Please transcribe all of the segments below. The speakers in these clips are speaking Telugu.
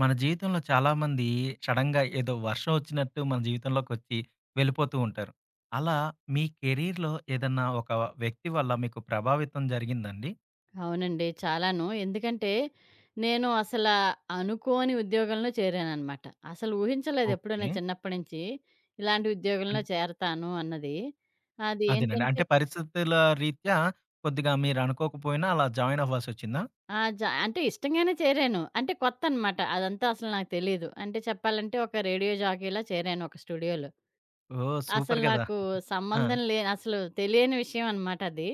మన జీవితంలో చాలామంది సడన్‌గా ఏదో వర్షం వచ్చినట్టు మన జీవితంలోకొచ్చి వెళ్ళిపోతూ ఉంటారు. అలా మీ కెరియర్‌లో ఏదన్నా ఒక వ్యక్తి వల్ల మీకు ప్రభావితం జరిగిందాండి? అవునండి. చాలాను. ఎందుకంటే, నేను అనుకోని ఉద్యోగంలో చేరాననమాట. అసలు ఊహించలేదెప్పుడూ ఓకే. నేను చిన్నప్పటి నుంచి, ఇలాంటి అం ఉద్యోగంలో చేరతాను అన్నది. అది అదేనండి. ఏంటంటే అంటే పరిస్థితుల రీత్యా కొద్దిగా మీరనుకోకపోయినా అలా జాయిన్ అవ్వాల్సొచ్చిందా? ఆ! జ అంటే ఇష్టంగానే చేరాను. అంటే కొత్తనమాట. అదంతా అసలు నాకు తెలీదు. అంటే చెప్పాలంటే ఒక రేడియో జాకీలా చేరాను ఒక స్టూడియోలో. ఓహ్, అసలు సూపర్ గదా! నాకు ఆ. సంబంధం లే అసలు తెలియని విషయం అనమాట అది.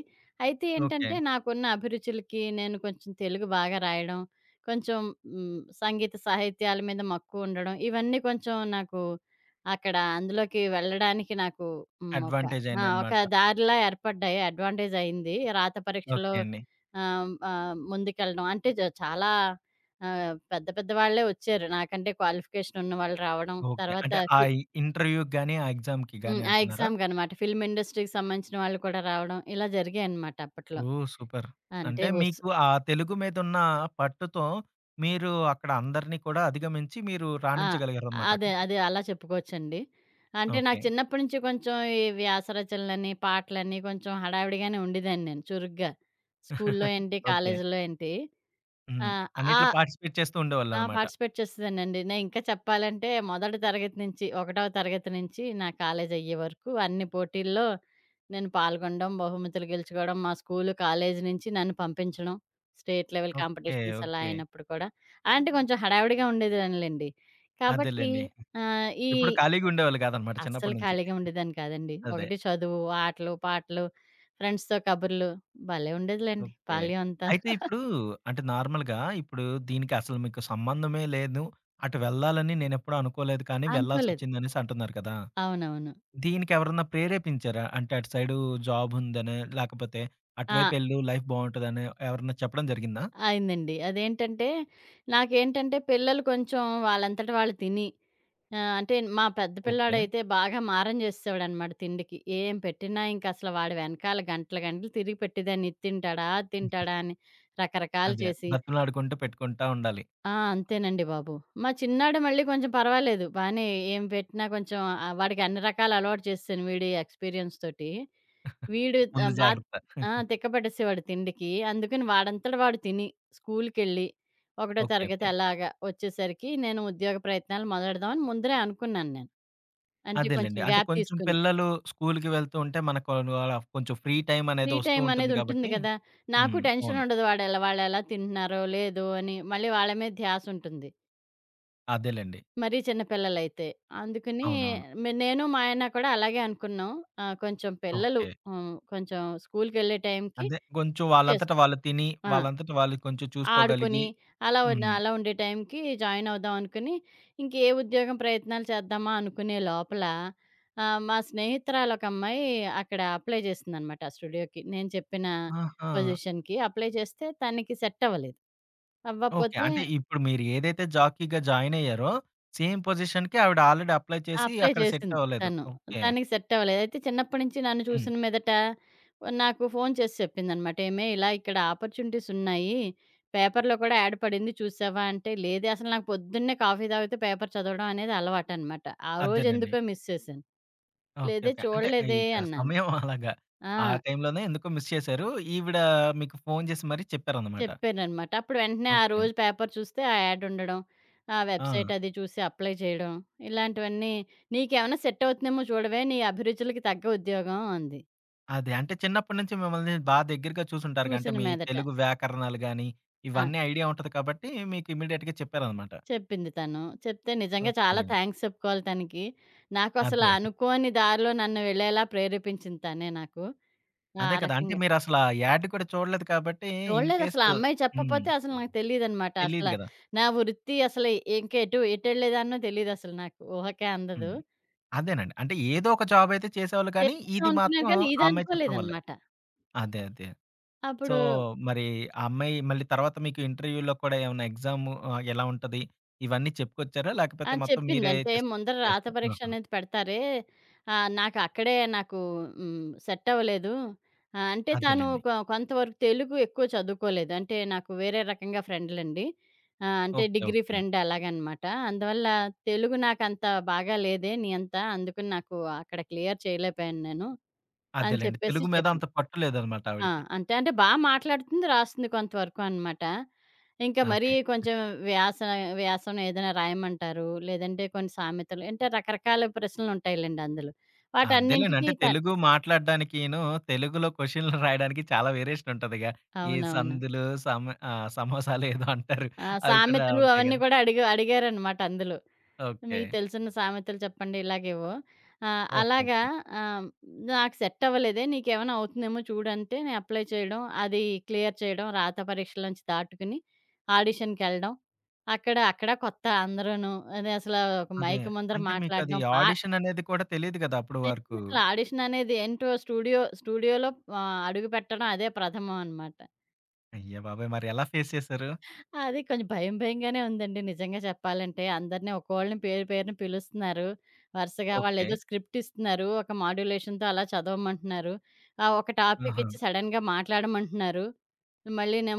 అయితే ఓకే. ఏంటంటే, నాకున్న అభిరుచులకి నేను కొంచెం తెలుగు బాగా రాయడం, కొంచెం సంగీత సాహిత్యాల మీద మక్కువ ఉండడం, ఇవన్నీ కొంచెం నాకు అక్కడ అందులోకి వెళ్ళడానికి నాకు ఒక అడ్వాంటేజ్ ఆ! ఒక అయిందనమాట. దారిలా ఏర్పడ్డాయి. అడ్వాంటేజ్ అయింది. రాత ఓకే పరీక్షలో అండి. ఆహ్, ఆహ్, ముందుకెళ్ళడం. అంటే జ చాలా పెద్ద పెద్ద వాళ్ళే వచ్చారు. నాకంటే క్వాలిఫికేషన్ ఉన్నవాళ్ళు రావడం. ఓకే. తర్వాత అంటే ఆ ఫి ఇంటర్వ్యూకి గాని, ఆ ఎగ్జామ్‌కి గాని హ్మ్. ఆ అంటున్నారా? ఎగ్జామ్‌కనమాట. ఫిల్మ్ ఇండస్ట్రీకి సంబంధించిన వాళ్ళు కూడా రావడం, ఇలా జరిగాయనమాట అప్పట్లో. Oh, super. అంటే అంటే వస్ మీకు ఆ తెలుగు మీదున్న పట్టుతో మీరు అక్కడ అందరిని కూడా అధిగమించి మీరు ఆ! రాణించగలిగారనమాట అదే. అక్కడికి. అదే. అలా చెప్పుకోవచ్చండి. అంటే ఓకే. నాకు చిన్నప్పటి నుంచి కొంచెం ఈ వ్యాస రచనలని, పాటలని కొంచెం హడావిడిగానే ఉండేదాన్ని నేను చురుగ్గా. స్కూల్లో ఏంటి, ఓకే. కాలేజీలో ఏంటి. ఆ! హ్మ్. ఆ అన్నిట్లో పార్టిసిపేట్ చేస్తూ ఆ! ఉండేవాళ్ళనమాట. పార్టిసిపేట్ చేసేదానండి. ఇంకా చెప్పాలంటే మొదటి తరగతి నుంచి, ఒకటవ తరగతి నుంచి నా కాలేజ్ అయ్యే వరకు అన్ని పోటీల్లో నేను పాల్గొనడం, బహుమతులు గెలుచుకోవడం, మా స్కూలు, కాలేజీ నుంచి నన్ను పంపించడం. State level okay. కాంపిటీషన్స్ అలా ఓకే. అయినప్పుడు కూడా. అంటే కొంచెం హడావిడిగా ఉండేదానిలెండి. కాబట్టి అదేలెండి. ఆహ్, ఈ ఎప్పుడు ఖాళీగా ఉండేవాళ్ళు కాదనమాట అస్సలు చిన్నప్పటి నుంచి. ఖాళీగా ఉండేదాన్ని కాదండి. అదే. ఒకటి చదువు, ఆటలు, పాటలు, ఫ్రెండ్స్‌తో కబుర్లు, భలే ఉండేదిలెండి ఓకే. బాల్యం అంతా. అయితే ఇప్పుడు అంటే నార్మల్‌గా ఇప్పుడు దీనికి అసలు మీకు సంబంధమే లేదు. అటు వెళ్ళాలని నేనెప్పుడూ అనుకోలేదు కానీ అనుకోలేదు. వెళ్ళాల్సొచ్చిందనేసి అంటున్నారు కదా! అవునవును. దీనికెవరన్నా ప్రేరేపించారా? అంటే అటు సైడు జాబుందనో, లేకపోతే ఆ! అటువైపెళ్ళు లైఫ్ బావుంటదనో ఎవరన్నా చెప్పడం జరిగిందా? అయిందండి. అదేంటంటే, నాకేంటంటే పిల్లలు కొంచెం వాళ్ళంతట వాళ్ళు తిని అంటే మా పెద్ద ఓకే. పిల్లాడైతే బాగా మారం చేసేసేవాడనమాట తిండికి. ఏం పెట్టినా ఇంకసలు వాడి వెనకాల గంటలు, గంటలు తిరిగి పెట్టేదాన్ని. ఇది తింటాడా? అది తింటాడా? అని రకరకాలు అదే. చేసి బతిమలాడుకుంటూ పెట్టుకుంటా ఉండాలి. అంతేనండి బాబు. మా చిన్నాడు మళ్ళీ కొంచెం పర్వాలేదు. బానే ఏం పెట్టినా కొంచెం వాడికి అన్ని రకాలు అలవాటు చేసేసాను వీడి ఎక్స్‌పీరియన్స్ తోటి. వీడు ముందు ఆహ్, బా జాగ్రత్త. ఆ! తిక్క పట్టేసేవాడు తిండికి. అందుకని వాడంతట వాడు తిని, స్కూల్‌కెళ్ళి, ఒకటో ఓకే. తరగతి ఓకే. అలాగా వచ్చేసరికి నేను ఉద్యోగ ప్రయత్నాలు మొదలెడదామని ముందరే అనుకున్నాను నేను. అంటే అదేలెండి. కొంచెం అంటే గ్యాప్ కొంచెం తీసుకుని. పిల్లలు స్కూలుకి వెళ్తూ ఉంటే మనకు వాళ్ళ కొంచెం ఫ్రీ టైమనేది ఫ్రీ ఒస్తూ టైమ్ ఉంటుంది అనేది ఉంటుంది గాబట్టి కదా! నాకు హ్మ్. టెన్షన్ అవును. ఉండదు వాడెలా వాళ్ళెలా తింటున్నారో, లేదో అని. మళ్ళీ వాళ్ళ మీద ధ్యాసుంటుంది. అదేలెండి. మరీ చిన్న పిల్లలైతే. అందుకని అవునవును. నేను మా ఆయన కూడా అలాగే అనుకున్నాం. కొంచెం పిల్లలు ఓకే. కొంచెం స్కూలుకెళ్ళే టైంకి అదే కొంచెం చేసు వాళ్ళంతట వాళ్ళు తిని, ఆ! వాళ్ళంతట వాళ్ళు కొంచెం చూసుకోగలిగి ఆడుకొని హ్మ్. అలా ఉండే టైంకి జాయిన్ అవుదాం అనుకుని, ఇంక ఏ ఉద్యోగం ప్రయత్నాలు చేద్దామా అనుకునే లోపల, మా స్నేహితురాలు ఒక అమ్మాయి అక్కడ అప్లై చేసిందనమాట ఆ స్టూడియోకి. నేను చెప్పిన ఆహా! పొజిషన్‌కి అప్లై చేస్తే తనకి సెట్ అవ్వలేదు. ఓకే. అవ్వపోతే అంటే ఇప్పుడు మీరు ఏదైతే జాకీ‌గా జాయిన్ అయ్యారో, సేమ్ పొజిషన్‌కి ఆవిడ ఆల్రెడీ అప్లై చేసి అప్లై అక్కడ సెట్ చేసింది అవ్వలేదు. తను. ఓకే. తనకి సెట్ అవ్వలేదు. అయితే చిన్నప్పటి నుంచి నన్ను హ్మ్. చూసిన మీదట నాకు ఫోను చేసి చెప్పిందనమాట. "ఏమే ఇలా ఇక్కడ ఆపర్చునిటీస్ ఉన్నాయి. పేపర్‌లో కూడా యాడ్ పడింది చూసావా?" అంటే, లేదే అసలు నాకు పొద్దున్నే కాఫీ తాగితే పేపర్ చదవడం అనేది అలవాటనమాట. ఆ రోజు అదేనండి. ఎందుకో మిస్ చేశాను. ఓకే. "లేదే ఓకే. అంటే చూడలేదే" ఇక అన్నాను. సమయం అలాగా. ఆ! ఆ టైంలోనే ఎందుకో మిస్ చేశారు. ఈవిడ మీకు ఫోను చేసి మరీ చెప్పారన్నమాట. చెప్పాననమాట. అప్పుడు వెంటనే ఆ ఓకే. రోజు పేపర్ చూస్తే ఆ యాడ్ ఉండడం, ఆ ఆ. వెబ్‌సైట్ అది చూసి అప్లై చేయడం, ఇలాంటివన్నీ, "నీకేమైనా సెట్ అవుతుందేమో చూడవే, నీ అభిరుచులకి తగ్గ ఉద్యోగం" అంది. అదే. అంటే చిన్నప్పటి నుంచి మిమ్మల్ని బా దగ్గరగా చూసుంటారుగా. అంటే చూసిన మీ మీదట. తెలుగు వ్యాకరణాలు గాని, ఆ! ఇవన్నీ ఐడియా ఉంటది కాబట్టి మీకు ఇమ్మీడియేట్‌గా చెప్పారన్నమాట. చెప్పింది తను. చెప్తే నిజంగా ఓకే. చాలా థాంక్స్ చెప్పుకోవాలి తనకి. అదే. అనుకోని దారిలో నన్ను వెళ్ళేలా ప్రేరేపించింది తనే నాకు. ఆ అదే కదా! అంటే రకంగా. మీరసల యాడ్ కూడా చూడలేదు కాబట్టి ఇన్‌కేస్ చూడలేదసల, ఆ అమ్మాయి హ్మ్. చెప్పపోతే అసలు నాకు తెలీదనమాట. తెలీదు గదా! నా వృత్తి అసలు ఇంకెటు ఎటెళ్ళేదాన్నో తెలీదసలు నాకు. ఊహకే హ్మ్. అందదు. అదేనండి. అంటే ఏదో ఒక జాబ్ అయితే చేసేవాళ్ళు కానీ, చేద్దాం ఇది మాత్రం అనుకున్నాను కానీ ఆ అమ్మాయి చెప్పడం వల్లే. ఇదనుకోలేదనమాట. అదే. అదే. సో, అప్పుడు మరి ఆ అమ్మాయి మళ్ళీ తర్వాత మీకు ఇంటర్వ్యూలో కూడా ఏమన్నా ఎగ్జామ్ ఎలా ఉంటది? ఇవన్నీ చెప్పుకొచ్చారా? లేకపోతే మొత్తం చెప్పింది. మీరే అంటే ముందర రాత చేస్తారు. పరీక్ష ఆహా! అనేది పెడతారే. నాకు అక్కడే నాకు సెట్ అవ్వలేదు. అంటే తను అదేలెండి. కొ కొంతవరకు తెలుగు ఎక్కువ చదువుకోలేదు. అంటే నాకు వేరే రకంగా ఫ్రెండ్‌లండి. అంటే ఓకే. Degree okay. ఫ్రెండ్ అలాగనమాట. అందువల్ల తెలుగు నాకంత బాగా లేదే నీ అంత. అందుకని నాకు అక్కడ క్లియర్ చేయలేకపోయాను నేను అని అదేలెండి. చెప్పేసి తెలుగు మీద అంత చెప్పింది. పట్టు లేదనమాట ఆ! ఆవిడకి. అంతే. అంటే బా మాట్లాడుతుంది, రాస్తుంది కొంతవరకు అనమాట. ఇంకా మరీ అదే. కొంచెం వ్యాస వ్యాసం ఏదైనా రాయమంటారు. లేదంటే కొన్ని సామెతలు అంటే రకరకాల ప్రశ్నలుంటాయిలెండి అందులో. అంతేలేండి. వాటన్నింటికి అంటే త తెలుగు మాట్లాడడానికిను, తెలుగులో క్వెషన్లు రాయడానికి చాలా వేరియేషన్ ఉంటదిగా. ఈ అవునవును. సందులు, సమోసాలు ఏదో అంటారు. అవి కూడా సామెతలు ఉంటాయి అవన్నీ గదా! కూడా అడిగారనమాట అందులో. ఓకే. మీకు తెలిసిన సామెతలు చెప్పండి ఇలాగేవో. ఆహ్, ఓకే. అలాగా ఓకే. ఆహ్, నాకు సెట్ అవ్వలేదే నీకేమైనా అవుతుందేమో చూడంటే నేను అప్లై చేయడం, అది క్లియర్ చేయడం, రాత పరీక్షల నుంచి దాటుకుని ఆడిషన్‌కెళ్ళడం. అక్కడ అక్కడ కొత్త అందరూను. అది అసల ఒక అదే. మైక్ ముందర అంటే మీకది మాట్లాడడం. ఆడిషన్ అనేది కూడా తెలీదు గదా అప్పడి వరకు. అసలు ఆడిషన్ అనేది ఏంటో స్టూడియోలో అడుగుపెట్టడం అదే ప్రథమం అనమాట. అయ్య బాబోయ్! మరి ఎలా ఫేస్ చేశారు? అది కొంచెం భయం భయంగానే ఉందండి నిజంగా చెప్పాలంటే. అందరిని ఒక్కోళ్ళని పేరు పేరున పిలుస్తున్నారు. వరుసగా ఓకే. వాళ్ళేదో స్క్రిప్ట్ ఇస్తున్నారు. ఒక మాడ్యులేషన్‌తో అలా చదవమంటున్నారు. ఒక టాపిక్ ఆహా! ఇచ్చి సడెన్‌గా మాట్లాడమంటున్నారు.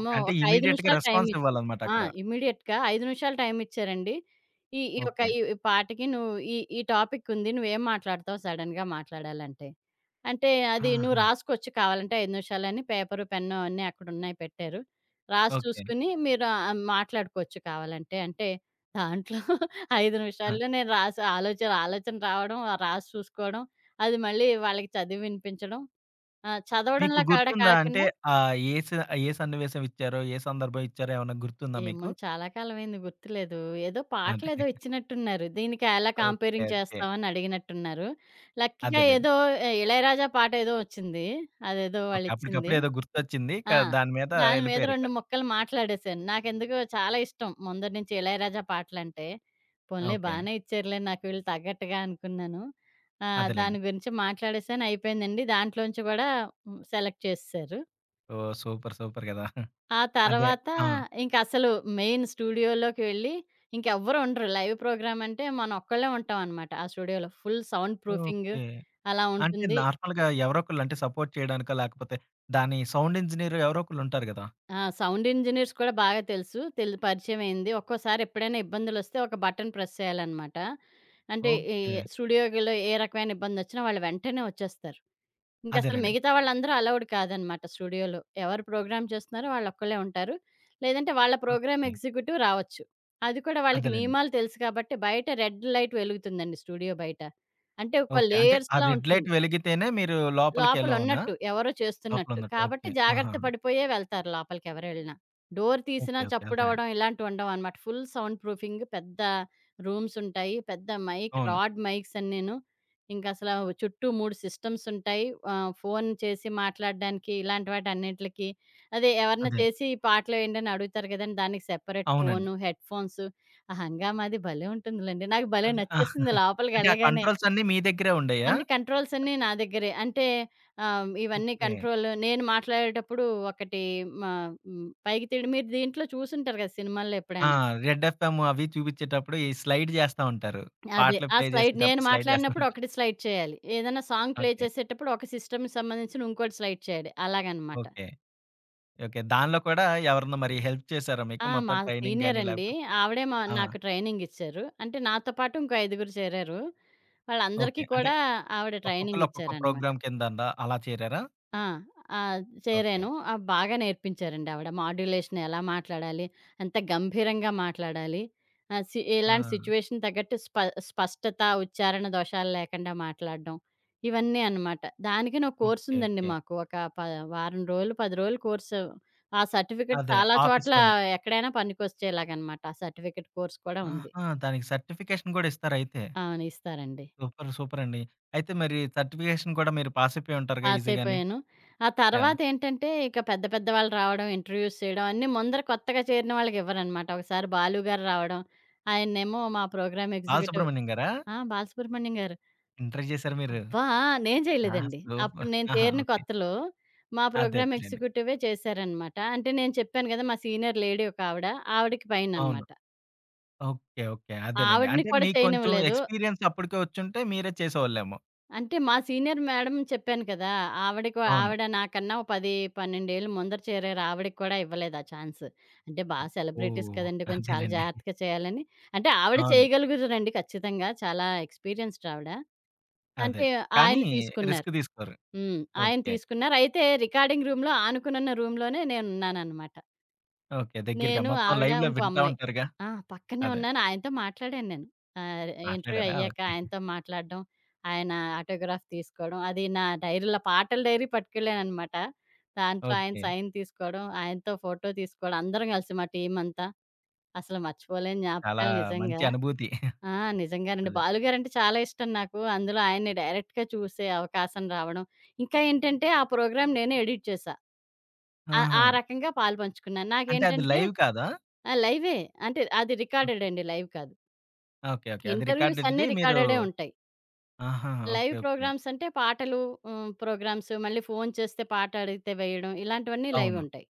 ఓకే. అంటే ఒక 5 ఇమ్మీడియేట్‌గా నిమిషాలు టైం రెస్పాన్స్ ఇచ్చి ఇవ్వాలన్నమాట ఆ! అక్కడ. ఇమ్మీడియేట్‌గా 5 నిమిషాలు టైం ఇచ్చారండి. ఈ ఈ ఒక ఓకే. ఈ ఈ పాటకి నువ్వు ఈ ఈ టాపిక్ ఉంది. నువ్వేం మాట్లాడతావు సడెన్‌గా మాట్లాడాలంటే? అంటే అది నువ్వు ఆహా! రాసుకోవచ్చు కావాలంటే 5 నిమిషాలని పేపరు, పెన్ను అన్నీ అక్కడున్నాయి పెట్టారు. రాసి ఓకే. చూసుకుని మీరు మాట్లాడుకోవచ్చు కావాలంటే. అంటే దాంట్లో 5 ఆ. నిమిషాల్లో నేను రాసి ఆలోచన ఆలోచన రావడం, ఆ రాసి చూసుకోవడం, అది మళ్ళీ వాళ్ళకి చదివి వినిపించడం. మీకు చదవడంలా కూడా గుర్తుందా? అంటే కాకుండా ఆహ్, ఏ స ఏ సన్నివేశం ఇచ్చారో? ఏ సందర్భం ఇచ్చారో? ఏమన్నా గుర్తుందా మీకు? ఏమోని చాలా కాలమైంది గుర్తులేదు. ఏదో అదే. పాటలేదో ఇచ్చినట్టున్నారు. దీనికి ఎలా ఓకే. Comparing okay. చేస్తావు అని అడిగినట్టున్నారు. లక్కీగా అదేలెండి. ఏదో 'ఇళయరాజా' పాట ఏదో వచ్చింది. అదేదో ఓకే. అప్పటికప్పుడే వాళ్ళిచ్చింది. ఏదో గుర్తొచ్చింది. ఆ! ఇక దాని మీద దాని మీద ఎళ్ళిపోయారిక. 2 ముక్కలు మాట్లాడేశాను. నాకెందుకో చాలా ఇష్టం ముందటి నుంచి ఇళయరాజా పాటలంటే. పోన్లే ఓకే. బానే ఇచ్చారులే నాకు వీళ్ళు తగ్గట్టుగా అనుకున్నాను. అదేలెండి. దాని గురించి మాట్లాడేసాను అయిపోయిందండి. దాంట్లోంచి గూడా సెలెక్ట్ చేసేశారు. ఓహ్, సూపర్. సూపర్ గదా! ఆ అదే. తర్వాత ఆ. ఇంక అసలు మెయిన్ స్టూడియోలోకి వెళ్ళి ఇంకెవ్వరు ఉండరు. లైవ్ ప్రోగ్రామ్ అంటే మనం ఒక్కళ్ళే ఉంటామనమాట. ఆ స్టూడియోలో ఫుల్ సౌండ్ ప్రూఫింగ్ ఓకే. అలా అంటే ఉంటుంది. నార్మల్‌గా ఎవరో ఒకళ్ళు అంటే సపోర్ట్ చేయడానికా? లేకపోతే దాని సౌండ్ ఇంజినీర్ ఎవరో ఒకళ్ళు ఉంటారు గదా! సౌండ్ ఇంజినీర్స్ కూడా బాగా తెలుసు. పరిచయమయింది. ఒక్కోసారి ఎప్పుడైనా ఇబ్బందులొస్తే ఒక బటన్ ప్రెస్ చేయాలనమాట. అంటే ఈ ఓకే. స్టూడియోలో ఏ రకమైన ఇబ్బందొచ్చినా వాళ్ళు వెంటనే వచ్చేస్తారు. ఇంకసలు అదేనండి. మిగతా వాళ్ళందరూ అలౌడ్ కాదనమాట స్టూడియోలో. ఎవరు ప్రోగ్రామ్ చేస్తున్నారో వాళ్ళొక్కళ్ళే ఉంటారు. లేదంటే వాళ్ళ ప్రోగ్రామ్ ఓకే. ఎగ్జిక్యూటివ్ రావచ్చు. అది కూడా వాళ్ళకి అదేలెండి. నియమాలు తెలుసు కాబట్టి బయట రెడ్ లైట్ వెలుగుతుందండి స్టూడియో బయట. అంటే ఒక ఓకే. అంటే ఆ లేయర్స్‌లా రెడ్ లైట్ ఉంటుంది. వెలిగితేనే మీరు లోపలికి ఎలో అనా? లోపలున్నట్టు ఎవరో లోపల చేస్తున్నట్టు. ఉన్నట్టు. కాబట్టి ఓకే. ఆహాహా! జాగ్రత్త పడిపోయే వెళ్తారు లోపలికెవరెళ్ళినా. డోర్ తీసినా ఓకే. ఓకే. అదేనండి. చప్పుడవ్వడం ఇలాంటివుండవనమాట. ఫుల్ సౌండ్ ప్రూఫింగ్ పెద్ద రూమ్సుంటాయి. పెద్ద మైక్ అవును. Rod mics అన్నీను. ఇంకసలా చుట్టూ 3 సిస్టమ్సుంటాయి. ఫోన్ చేసి మాట్లాడడానికి ఇలాంటి వాటన్నిట్లికి. అదే ఎవరన్నా అదే. చేసి ఈ పాటలేయండని అడుగుతారు గదండీ! దానికి సెపరేట్ అవునండి. Phone, headphones. ఆ హంగామాది భలే ఉంటుందిలెండి. నాకు భలే అదే. నచ్చేసింది అంటే ఆ లోపలికెళ్ళగానే. కంట్రోల్స్ అన్నీ మీ దగ్గరే ఉండేయా? అన్ని కంట్రోల్స్ నా దగ్గరే. అంటే ఇవన్నీ ఓకే. కంట్రోల్ నేను మాట్లాడేటప్పుడు ఒకటి మా హ్మ్. పైకి తిడి మీరు దీంట్లో చూసుంటారు కదా! సినిమాల్లో ఆ. ఎప్పుడైనా. రెడ్ ఎఫ్ఎం అవి చూపించేటప్పుడు ఈ స్లైడ్ జేస్తా ఉంటారు. అదే. పాటలు ఆ ప్లే స్లైడ్ నేను చేసేటప్పుడు స్లైడ్ జేస్తా మాట్లాడినప్పుడు ఉంటారు. ఒకటి స్లైడ్ చేయాలి. ఏదైనా సాంగ్ ప్లే ఓకే. చేసేటప్పుడు ఒక సిస్టమ్‌కి సంబంధించిన ఇంకోటి స్లైడ్ చేయాలి. అలాగనమాట. ఓకే. ఓకే. దానిలో కూడా ఎవరన్నా మరి హెల్ప్ చేసారా మీకు? మొత్తం మా ట్రైనింగ్ సీనియర్ గాని అండి. లేకపోతే ఆవిడే ఆ. నాకు ట్రైనింగ్ ఇచ్చారు. అంటే నాతో పాటు ఇంకో ఐదుగురు చేరారు. ఓకే. వాళ్ళందరికీ అంటే కూడా ఆవిడ ట్రైనింగ్ ఒక్కొక్కళ్ళు ఒక్కొక్క ఇచ్చారనమాట. ప్రోగ్రామ్ కిందనా అలా చేరారా? ఆ! ఓకే. చేరాను. బాగా నేర్పించారండి ఆవిడ. మాడ్యులేషన్ ఎలా మాట్లాడాలి, ఎంత గంభీరంగా మాట్లాడాలి, ఆహ్, సి ఆ. ఎలాంటి సిట్యుయేషన్ తగ్గట్టు స్పష్టత, ఉచ్చారణ దోషాలు లేకుండా మాట్లాడడం, ఇవన్నీ అనమాట. దానికని ఒక కోర్స్ ఓకే. ఉందండి ఓకే. మాకు. ఒక ప వారం రోజులు, 10 రోజులు కోర్సు. ఆ సర్టిఫికేట్ అదే చాలా చోట్ల ఆఫీస్‌లోనే. ఎక్కడైనా పనికొచ్చేలాగనమాట. ఆ సర్టిఫికేట్ కోర్స్ కూడా ఉంది. ఆహా! దానికి సర్టిఫికేషన్ గూడా ఇస్తారయితే. అవును. ఇస్తారండి. సూపర్. సూపర్ అండి. అయితే మరి సర్టిఫికేషన్ కూడా మీరు పాస్ అయిపోయి ఉంటారుగా ఈజీగానే. పాసయిపోయాను. ఆ యాహ్! తర్వాతేంటంటే, ఇక పెద్ద పెద్ద వాళ్ళు రావడం, ఇంటర్‌వ్యూస్ చేయడం అన్నీ ముందర కొత్తగా చేరిన వాళ్ళకివ్వరనమాట. ఒకసారి బాలు గారు రావడం, ఆయన్నేమో మా ప్రోగ్రామ్ ఎగ్జిక్యూటివ్ బాలసుబ్రహ్మణ్యం గారా? ఆ! బాలసుబ్రహ్మణ్యం గారు. ఇంటర్ చేసారు మీరు. అబ్బా! నేను ఆ, చేయలేదండి. అప్పుడు సూపర్. నేను ఆహా! చేరిన ఓకే. కొత్తలో మా అదే ప్రోగ్రామ్ అదేలెండి. ఎగ్జిక్యూటివే చేశారనమాట. అంటే నేను చెప్పాను గదా! మా సీనియర్ లేడీ ఒకావిడ, ఆవిడకి అవును. పైననమాట. ఓకే. ఓకే. అదేలెండి. ఆవిడని అంటే కూడా మీకు కొంచెం చేయనివ్వలేదు. ఎక్స్‌పీరియన్స్ అప్పటికే వచ్చుంటే మీరే చేసేవాళ్ళేమో. అంటే మా సీనియర్ మేడం చెప్పాను కదా! అవును. ఆవిడ నాకన్నా ఓ 10, 12 ఏళ్ళు ముందర చేరారు. ఆవిడకి కూడా ఇవ్వలేదు ఆ ఛాన్స్. అంటే బాగా సెలబ్రిటీస్ ఓహ్! కదండీ! కొంచెం చాలా అదేలెండి. జాగ్రత్తగా చేయాలని, అంటే ఆవిడ అవును. చేయగలుగుతదండి ఖచ్చితంగా. చాలా ఎక్స్‌పీరియన్స్‌డ్ ఆవిడ. అదే. అంటే కానీ ఆయన తీసుకున్నారు. రిస్క్ తీసుకోరు. హ్మ్. ఆయన ఓకే. తీసుకున్నారు. అయితే రికార్డింగ్ రూమ్‌లో ఆనుకునున్న రూమ్‌లోనే నేనున్నాననమాట. ఓకే. దగ్గరగా నేను, మొత్తం ఆవిడ, లైవ్‌లో ఇంకో వింటా అమ్మాయి. ఉంటారుగా. ఆ! పక్కనే అదే. ఉన్నాను. ఆయనతో మాట్లాడాను నేను. ఆహ్, ఇంటర్వ్యూ మాట్లాడారా? అయ్యాక ఓకే. ఆయనతో మాట్లాడడం, ఆయన ఆటోగ్రాఫ్ తీసుకోవడం, అది నా డైరీలో పాటల డైరీ పట్టుకెళ్ళాననమాట. దాంట్లో ఆయన ఓకే. సైన్ తీసుకోవడం, ఆయనతో ఫోటో తీసుకోవడం, అందరం కలిసి మా టీమ్ అంతా. అసలు మర్చిపోలేని చాలా జ్ఞాపకాలు నిజంగా. మంచి అనుభూతి. ఆ! నిజంగానండి. అదే. బాలుగారంటే చాలా ఇష్టం నాకు. అందులో ఆయన్ని డైరెక్ట్‌గా చూసే అవకాశం రావడం, ఇంకా ఏంటంటే ఆ ప్రోగ్రామ్ నేనే ఎడిట్ చేశా. ఆ ఆహా! ఆ రకంగా పాలుపంచుకున్నాను. అంటే అది నాకేంటంటే లైవ్ కాదా? లైవే. అంటే అది రికార్డెడ్ ఓకే. అండి. లైవ్ కాదు. ఓకే. ఓకే. అది ఇంటర్‌వ్యూస్ రికార్డెడ్‌ది అన్నీ మీరు రికార్డెడే ఉంటాయి. ఆహాహా! Live okay. ఓకే. ప్రోగ్రామ్స్ అంటే పాటలు ప్రోగ్రామ్స్ మళ్ళీ ఫోను చేస్తే పాట అడిగితే వేయడం ఇలాంటివన్నీ లైవ్ అవును. ఉంటాయి.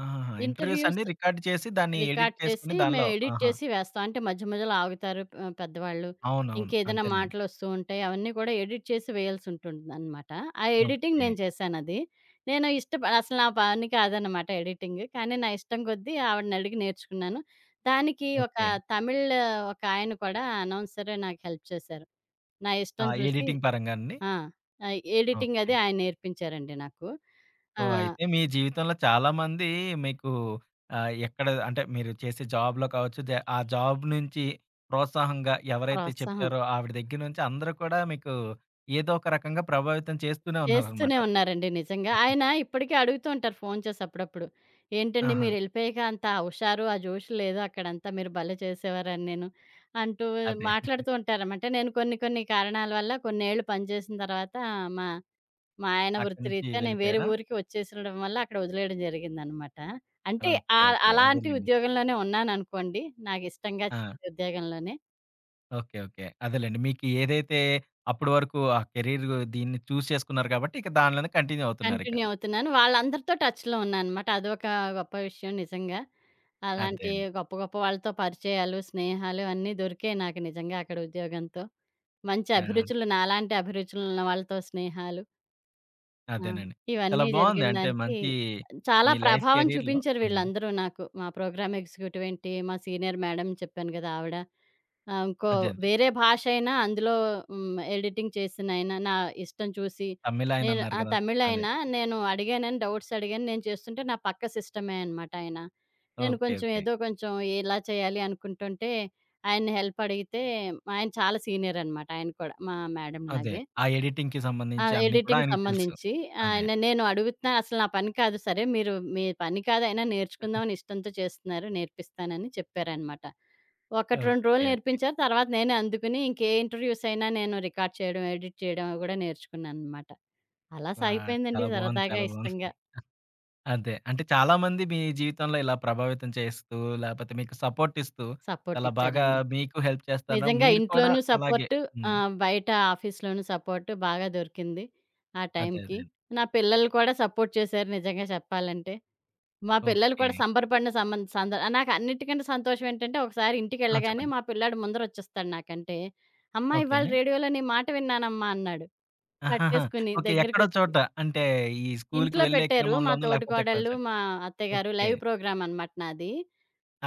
ఆహాహా! ఇంటర్వ్యూస్ ఇంటర్‌వ్యూస్ అన్నీ రికార్డ్ చేసి దాన్ని ఎడిట్ రికార్డ్ చేసుకొని చేసి దానిలో మేము ఎడిట్ ఆహా! చేసి వేస్తాం. అంటే మధ్య మధ్యలో ఆగుతారు పెద్దవాళ్ళు. అవునవును. ఇంకేదైనా అంతేనండి. మాటలొస్తూ ఉంటాయి. అవన్నీ కూడా ఎడిట్ చేసి వేయాల్సుంటుందనమాట. ఆ ఎడిటింగ్ ఓకే. నేను చేశానది. నేను ఇష్టప అసలు నా పని కాదనమాట ఎడిటింగ్. కానీ నా ఇష్టం కొద్దీ ఆవిడనడిగి నేర్చుకున్నాను. దానికి ఒక ఓకే. తమిళ్ ఒక ఆయన కూడా అనౌన్సరే నాకు హెల్ప్ చేశారు. నా ఇష్టం ఆ, చూసి ఎడిటింగ్ పరంగా అండి? ఆ! ఎడిటింగ్ అది ఓకే. ఆయన నేర్పించారండి నాకు. సో, ఆ! అయితే మీ జీవితంలో చాలామంది మీకు ఎక్కడ అంటే మీరు చేసే జాబ్‌లో కావచ్చు, ఆ జాబ్ నుంచి ప్రోత్సాహంగా ఎవరైతే ప్రోత్సాహం. చెప్పారో ఆవిడ దగ్గర నుంచి అందరూ కూడా మీకు ఏదో ఒక రకంగా ప్రభావితం చేస్తూనే ఉన్నారనమాట. చేస్తూనే ఉన్నారండి నిజంగా. ఆయన ఇప్పటికీ అడుగుతూ ఉంటారు ఫోను చేసి అప్పుడప్పుడు. "ఏంటండి ఆహా! మీరెళ్ళిపోయాక అంత ఆ హుషారు, ఆ జోష్ లేదు అక్కడంతా. మీరు భలే చేసేవారని నేను" అంటూ అదే. మాట్లాడుతూ ఉంటారనమాట. నేను కొన్ని కొన్ని కారణాల వల్ల కొన్నేళ్ళు పనిచేసిన తర్వాత మా మా ఆయన అక్కడి నుంచి వృత్తిరీత్యా నేను వేరే వెళ్ళిపోయారా? ఊరికి వచ్చేసడం వల్ల అక్కడ వదిలేయడం జరిగిందనమాట. అంటే ఓకే. ఓకే. అలాంటి అదేలెండి. ఉద్యోగంలోనే ఉన్నాననుకోండి. నాకిష్టంగా ఆ. చేసే ఉద్యోగంలోనే. ఓకే. ఓకే. అదేలెండి. మీకు ఏదైతే అప్పటి వరకు ఆ కెరీర్ దీన్ని చేసుకున్నారు కాబట్టి, ఇక దానిలోనే కంటిన్యూ అవుతున్నారిక. కంటిన్యూ అవుతున్నాను. వాళ్ళందరితో టచ్‌లో ఉన్నానన్నమాట. అదొక గొప్ప విషయం నిజంగా. అదే అలాంటి అండి. గొప్ప గొప్ప వాళ్ళతో పరిచయాలు, స్నేహాలు అన్నీ దొరికాయి నాకు నిజంగా అక్కడ ఉద్యోగంతో. మంచి ఆ. అభిరుచులు నాలాంటి అభిరుచులున్న వాళ్ళతో స్నేహాలు, ఆ! అదేనండి. చాలా ఇవన్నీ బావుంది. జరిగిన అంటే దానికి మంచి చాలా మీ లైఫ్ ప్రభావం కెరీర్‌లో చూపించారు హ్మ్. వీళ్ళందరూ నాకు. మా ప్రోగ్రామ్ ఎగ్జిక్యూటివ్ ఏంటి, మా సీనియర్ మేడం చెప్పాను గదా! ఆవిడ. ఇంకో అదే. వేరే భాష అయినా అందులో ఎడిటింగ్ చేసినాయన నా ఇష్టం చూసి తమిళాయన నేను అన్నారు గదా! అదే. తమిళాయన నేను అడిగానని డౌట్స్ అడిగాను. నేను చేస్తుంటే నా పక్క సిస్టమే అనమాట ఆయన. నేను ఓకే. కొంచెం ఓకే. ఏదో కొంచెం ఇలా చేయాలి అనుకుంటుంటే ఆయన్ని హెల్ప్ అడిగితే ఆయన చాలా సీనియర్ అనమాట. ఆయన కూడా మా మేడం అదే. లాగే. ఆ ఎడిటింగ్‌కి సంబంధించి అన్నీ కూడా ఎడిటింగ్ ఆయనకి తెలుసు. సంబంధించి. అదే. ఆయన నేను అడుగుతున్నాను అసలు నా పని కాదు సరే మీరు మీ పని కాదైనా నేర్చుకుందామని ఇష్టంతో చేస్తున్నారు నేర్పిస్తానని చెప్పారనమాట. 1, ఓకే. 2 రోజులు ఓకే. నేర్పించారు. తర్వాత నేనే అందుకుని ఇంకే ఇంటర్వ్యూస్ అయినా నేను రికార్డ్ చేయడం, ఎడిట్ చేయడం అవి కూడా నేర్చుకున్నాననమాట. అలా వాహ్! సాగిపోయిందండి చాలా బావుంది. సరదాగా, చాలా బావుంది. ఇష్టంగా. అదే. అంటే చాలా మంది మీ జీవితంలో ఇలా ప్రభావితం చేస్తూ, లేపోతే మీకు సపోర్ట్ ఇస్తూ, సపోర్ట్ చాలా బాగా ఇచ్చారండి. మీకు హెల్ప్ చేస్తారు. నిజంగా మీరు కూడా ఇంట్లోనూ అలాగే సపోర్ట్, హ్మ్. బయట ఆఫీస్‌లోనూ సపోర్ట్ బాగా దొరికింది ఆ అదే. టైంకి. అదే. నా పిల్లలు కూడా సపోర్ట్ చేశారు నిజంగా చెప్పాలంటే. మా పిల్లలు ఓకే. కూడా సంబరపడిన సంబం సంద నాకన్నిటికంటే సంతోషం ఏంటంటే, ఒకసారి ఆ, ఇంటికెళ్ళగానే చెప్పండి. మా పిల్లాడు ముందరొచ్చేస్తాడు నాకంటే, "అమ్మా ఓకే. ఇవాళ రేడియోలో నీ మాట విన్నానమ్మా" అన్నాడు. ఆహాహా! పట్టేసుకుని ఓకే. ఎక్కడో దగ్గరికొచ్చి. చోట అంటే ఈ స్కూలుకి ఇంట్లో వెళ్ళే పెట్టారు. మా క్రమంలోనో లేకపోతే ఎక్కడో తోటికోడళ్ళు, చోట. మా అత్తయ్యగారు ఓకే. లైవ్ ప్రోగ్రామ్ అనమాట నాది.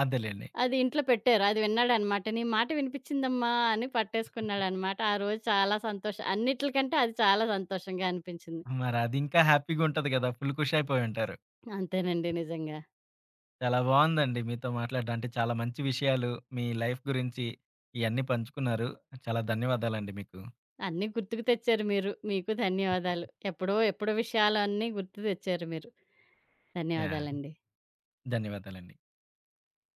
అదేలెండి. అది ఇంట్లో పెట్టారు. అది విన్నాడనమాట. "నీ మాట వినిపిచ్చిందమ్మా" అని పట్టేసుకున్నాడనమాట. ఆ రోజు చాలా సంతోషం అన్నిట్లికంటే అది చాలా సంతోషంగా అనిపించింది. మరి అది ఇంకా హ్యాపీగా ఉంటది కదా! ఫుల్ ఖుషి అయిపోయి ఉంటారు. అంతేనండి నిజంగా. చాలా బావుందండి మీతో మాట్లాడడం. అంటే చాలా మంచి విషయాలు మీ లైఫ్ గురించి ఇయన్నీ పంచుకున్నారు. చాలా ధన్యవాదాలండి మీకు. అన్నీ గుర్తుకు తెచ్చారు మీరు. మీకు ధన్యవాదాలు. ఎప్పుడో ఎప్పుడో విషయాలన్నీ గుర్తు తెచ్చారు మీరు. యాహ్! ధన్యవాదాలండి. ధన్యవాదాలండి.